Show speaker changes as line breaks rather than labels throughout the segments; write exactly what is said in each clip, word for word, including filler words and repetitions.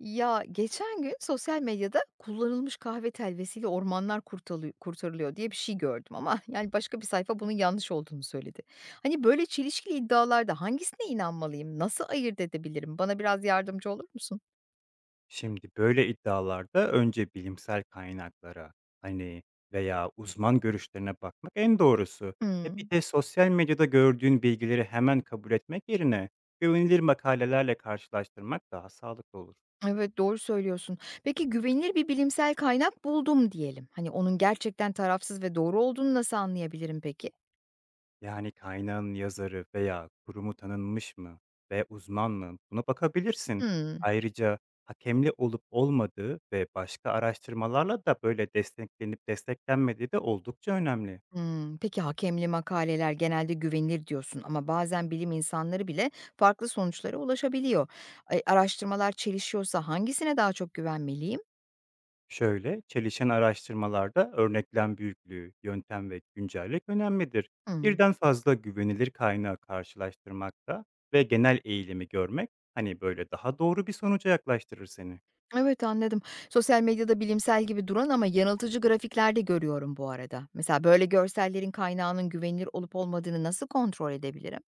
Ya geçen gün sosyal medyada kullanılmış kahve telvesiyle ormanlar kurtalı- kurtarılıyor diye bir şey gördüm ama yani başka bir sayfa bunun yanlış olduğunu söyledi. Hani böyle çelişkili iddialarda hangisine inanmalıyım? Nasıl ayırt edebilirim? Bana biraz yardımcı olur musun?
Şimdi böyle iddialarda önce bilimsel kaynaklara hani veya uzman görüşlerine bakmak en doğrusu. E bir
Hmm,
de sosyal medyada gördüğün bilgileri hemen kabul etmek yerine güvenilir makalelerle karşılaştırmak daha sağlıklı olur.
evet doğru söylüyorsun. Peki güvenilir bir bilimsel kaynak buldum diyelim. Hani onun gerçekten tarafsız ve doğru olduğunu nasıl anlayabilirim peki?
Yani kaynağın yazarı veya kurumu tanınmış mı ve uzman mı, buna bakabilirsin.
Hmm.
Ayrıca hakemli olup olmadığı ve başka araştırmalarla da böyle desteklenip desteklenmediği de oldukça önemli.
Hımm. Peki hakemli makaleler genelde güvenilir diyorsun ama bazen bilim insanları bile farklı sonuçlara ulaşabiliyor. Eee, araştırmalar çelişiyorsa hangisine daha çok güvenmeliyim?
Şöyle, çelişen araştırmalarda örneklem büyüklüğü, yöntem ve güncellik önemlidir.
Hımm.
Birden fazla güvenilir kaynağı karşılaştırmakta ve genel eğilimi görmek, hani böyle daha doğru bir sonuca yaklaştırır seni.
Evet, anladım. Sosyal medyada bilimsel gibi duran ama yanıltıcı grafikler de görüyorum bu arada. Mesela böyle görsellerin kaynağının güvenilir olup olmadığını nasıl kontrol edebilirim?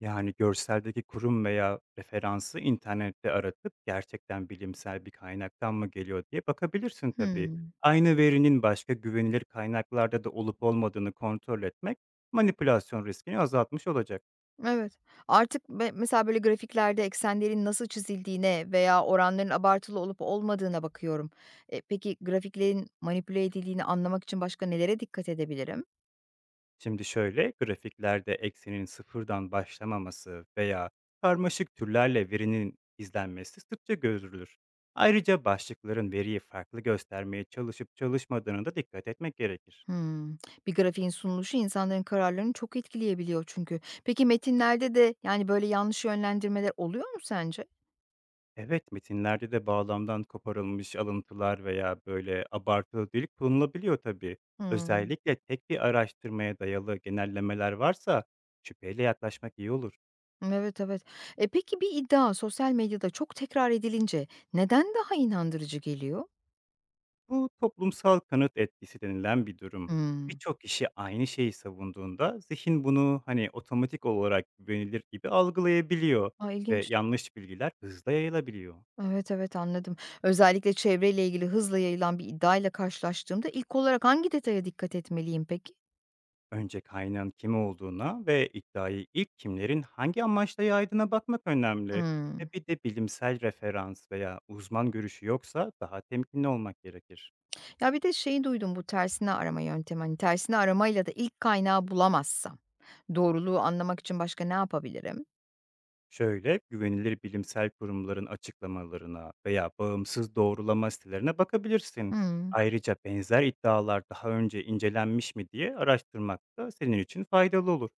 Yani görseldeki kurum veya referansı internette aratıp gerçekten bilimsel bir kaynaktan mı geliyor diye bakabilirsin tabii.
Hımm.
Aynı verinin başka güvenilir kaynaklarda da olup olmadığını kontrol etmek manipülasyon riskini azaltmış olacak.
Evet. Artık be mesela böyle grafiklerde eksenlerin nasıl çizildiğine veya oranların abartılı olup olmadığına bakıyorum. E, peki grafiklerin manipüle edildiğini anlamak için başka nelere dikkat edebilirim?
Şimdi şöyle, grafiklerde eksenin sıfırdan başlamaması veya karmaşık türlerle verinin izlenmesi sıkça görülür. Ayrıca başlıkların veriyi farklı göstermeye çalışıp çalışmadığına da dikkat etmek gerekir.
Hımm. Bir grafiğin sunuluşu insanların kararlarını çok etkileyebiliyor çünkü. Peki metinlerde de yani böyle yanlış yönlendirmeler oluyor mu sence?
Evet, metinlerde de bağlamdan koparılmış alıntılar veya böyle abartılı dil kullanılabiliyor tabii.
Hımm.
Özellikle tek bir araştırmaya dayalı genellemeler varsa, şüpheyle yaklaşmak iyi olur.
Evet, evet. E, peki bir iddia sosyal medyada çok tekrar edilince neden daha inandırıcı geliyor?
Bu, toplumsal kanıt etkisi denilen bir durum.
Hımm.
Birçok kişi aynı şeyi savunduğunda zihin bunu hani otomatik olarak güvenilir gibi algılayabiliyor
A,
ve
ilginç.
yanlış bilgiler hızla yayılabiliyor.
Evet, evet, anladım. Özellikle çevreyle ilgili hızla yayılan bir iddiayla karşılaştığımda ilk olarak hangi detaya dikkat etmeliyim peki?
Önce kaynağın kim olduğuna ve iddiayı ilk kimlerin hangi amaçla yaydığına bakmak önemli.
Hımm.
E bir de bilimsel referans veya uzman görüşü yoksa daha temkinli olmak gerekir.
Ya, bir de şeyi duydum bu tersine arama yöntemi. Hani, tersine aramayla da ilk kaynağı bulamazsam doğruluğu anlamak için başka ne yapabilirim?
Şöyle, güvenilir bilimsel kurumların açıklamalarına veya bağımsız doğrulama sitelerine bakabilirsin.
Hımm.
Ayrıca benzer iddialar daha önce incelenmiş mi diye araştırmak da senin için faydalı olur.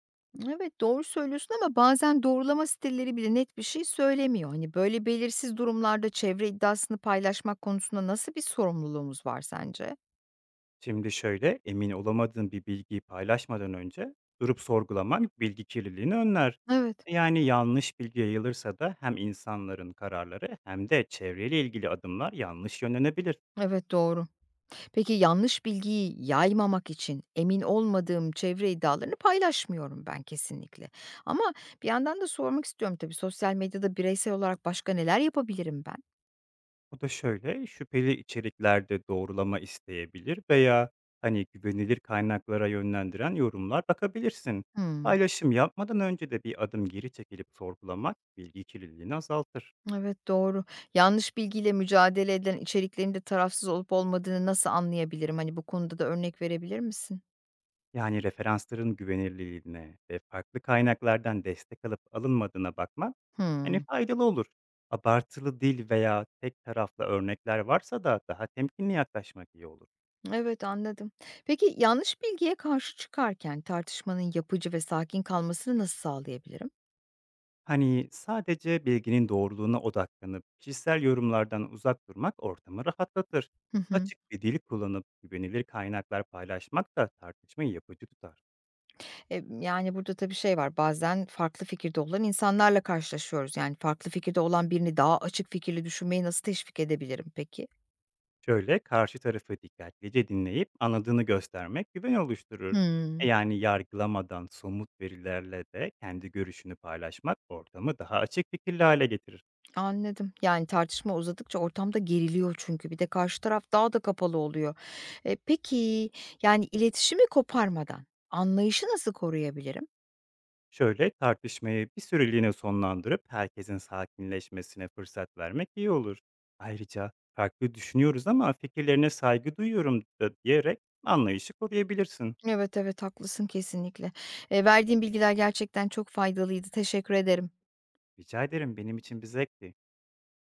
Evet, doğru söylüyorsun ama bazen doğrulama siteleri bile net bir şey söylemiyor. Hani, böyle belirsiz durumlarda çevre iddiasını paylaşmak konusunda nasıl bir sorumluluğumuz var sence?
Şimdi şöyle, emin olamadığın bir bilgiyi paylaşmadan önce durup sorgulamak bilgi kirliliğini önler.
Evet,
Yani yanlış bilgi yayılırsa da hem insanların kararları hem de çevreyle ilgili adımlar yanlış yönlenebilir.
evet, doğru. Peki yanlış bilgiyi yaymamak için emin olmadığım çevre iddialarını paylaşmıyorum ben kesinlikle. Ama bir yandan da sormak istiyorum tabii sosyal medyada bireysel olarak başka neler yapabilirim ben?
O da şöyle, şüpheli içeriklerde doğrulama isteyebilir veya hani güvenilir kaynaklara yönlendiren yorumlar bakabilirsin.
Hımm.
Paylaşım yapmadan önce de bir adım geri çekilip sorgulamak bilgi kirliliğini azaltır.
Evet, doğru. Yanlış bilgiyle mücadele edilen içeriklerin de tarafsız olup olmadığını nasıl anlayabilirim? Hani, bu konuda da örnek verebilir misin?
Yani referansların güvenilirliğine ve farklı kaynaklardan destek alıp alınmadığına bakmak hani
Hımm.
faydalı olur. Abartılı dil veya tek taraflı örnekler varsa da daha temkinli yaklaşmak iyi olur.
Evet, anladım. Peki yanlış bilgiye karşı çıkarken tartışmanın yapıcı ve sakin kalmasını nasıl sağlayabilirim?
Hani sadece bilginin doğruluğuna odaklanıp kişisel yorumlardan uzak durmak ortamı rahatlatır.
Hı hı.
Açık bir dil kullanıp güvenilir kaynaklar paylaşmak da tartışmayı yapıcı tutar.
Emm, yani, burada tabii şey var, bazen farklı fikirde olan insanlarla karşılaşıyoruz. Yani, farklı fikirde olan birini daha açık fikirli düşünmeyi nasıl teşvik edebilirim peki?
Şöyle, karşı tarafı dikkatlice dinleyip anladığını göstermek güven oluşturur. E
Hımm,
yani yargılamadan somut verilerle de kendi görüşünü paylaşmak ortamı daha açık fikirli hale getirir.
anladım. Yani, tartışma uzadıkça ortamda geriliyor çünkü. Bir de karşı taraf daha da kapalı oluyor. E, peki, yani, iletişimi koparmadan anlayışı nasıl koruyabilirim?
Şöyle, tartışmayı bir süreliğine sonlandırıp herkesin sakinleşmesine fırsat vermek iyi olur. Ayrıca "farklı düşünüyoruz ama fikirlerine saygı duyuyorum" da diyerek anlayışı koruyabilirsin.
Evet, evet, haklısın kesinlikle. Eee, verdiğin bilgiler gerçekten çok faydalıydı. Teşekkür ederim.
Rica ederim, benim için bir zevkti.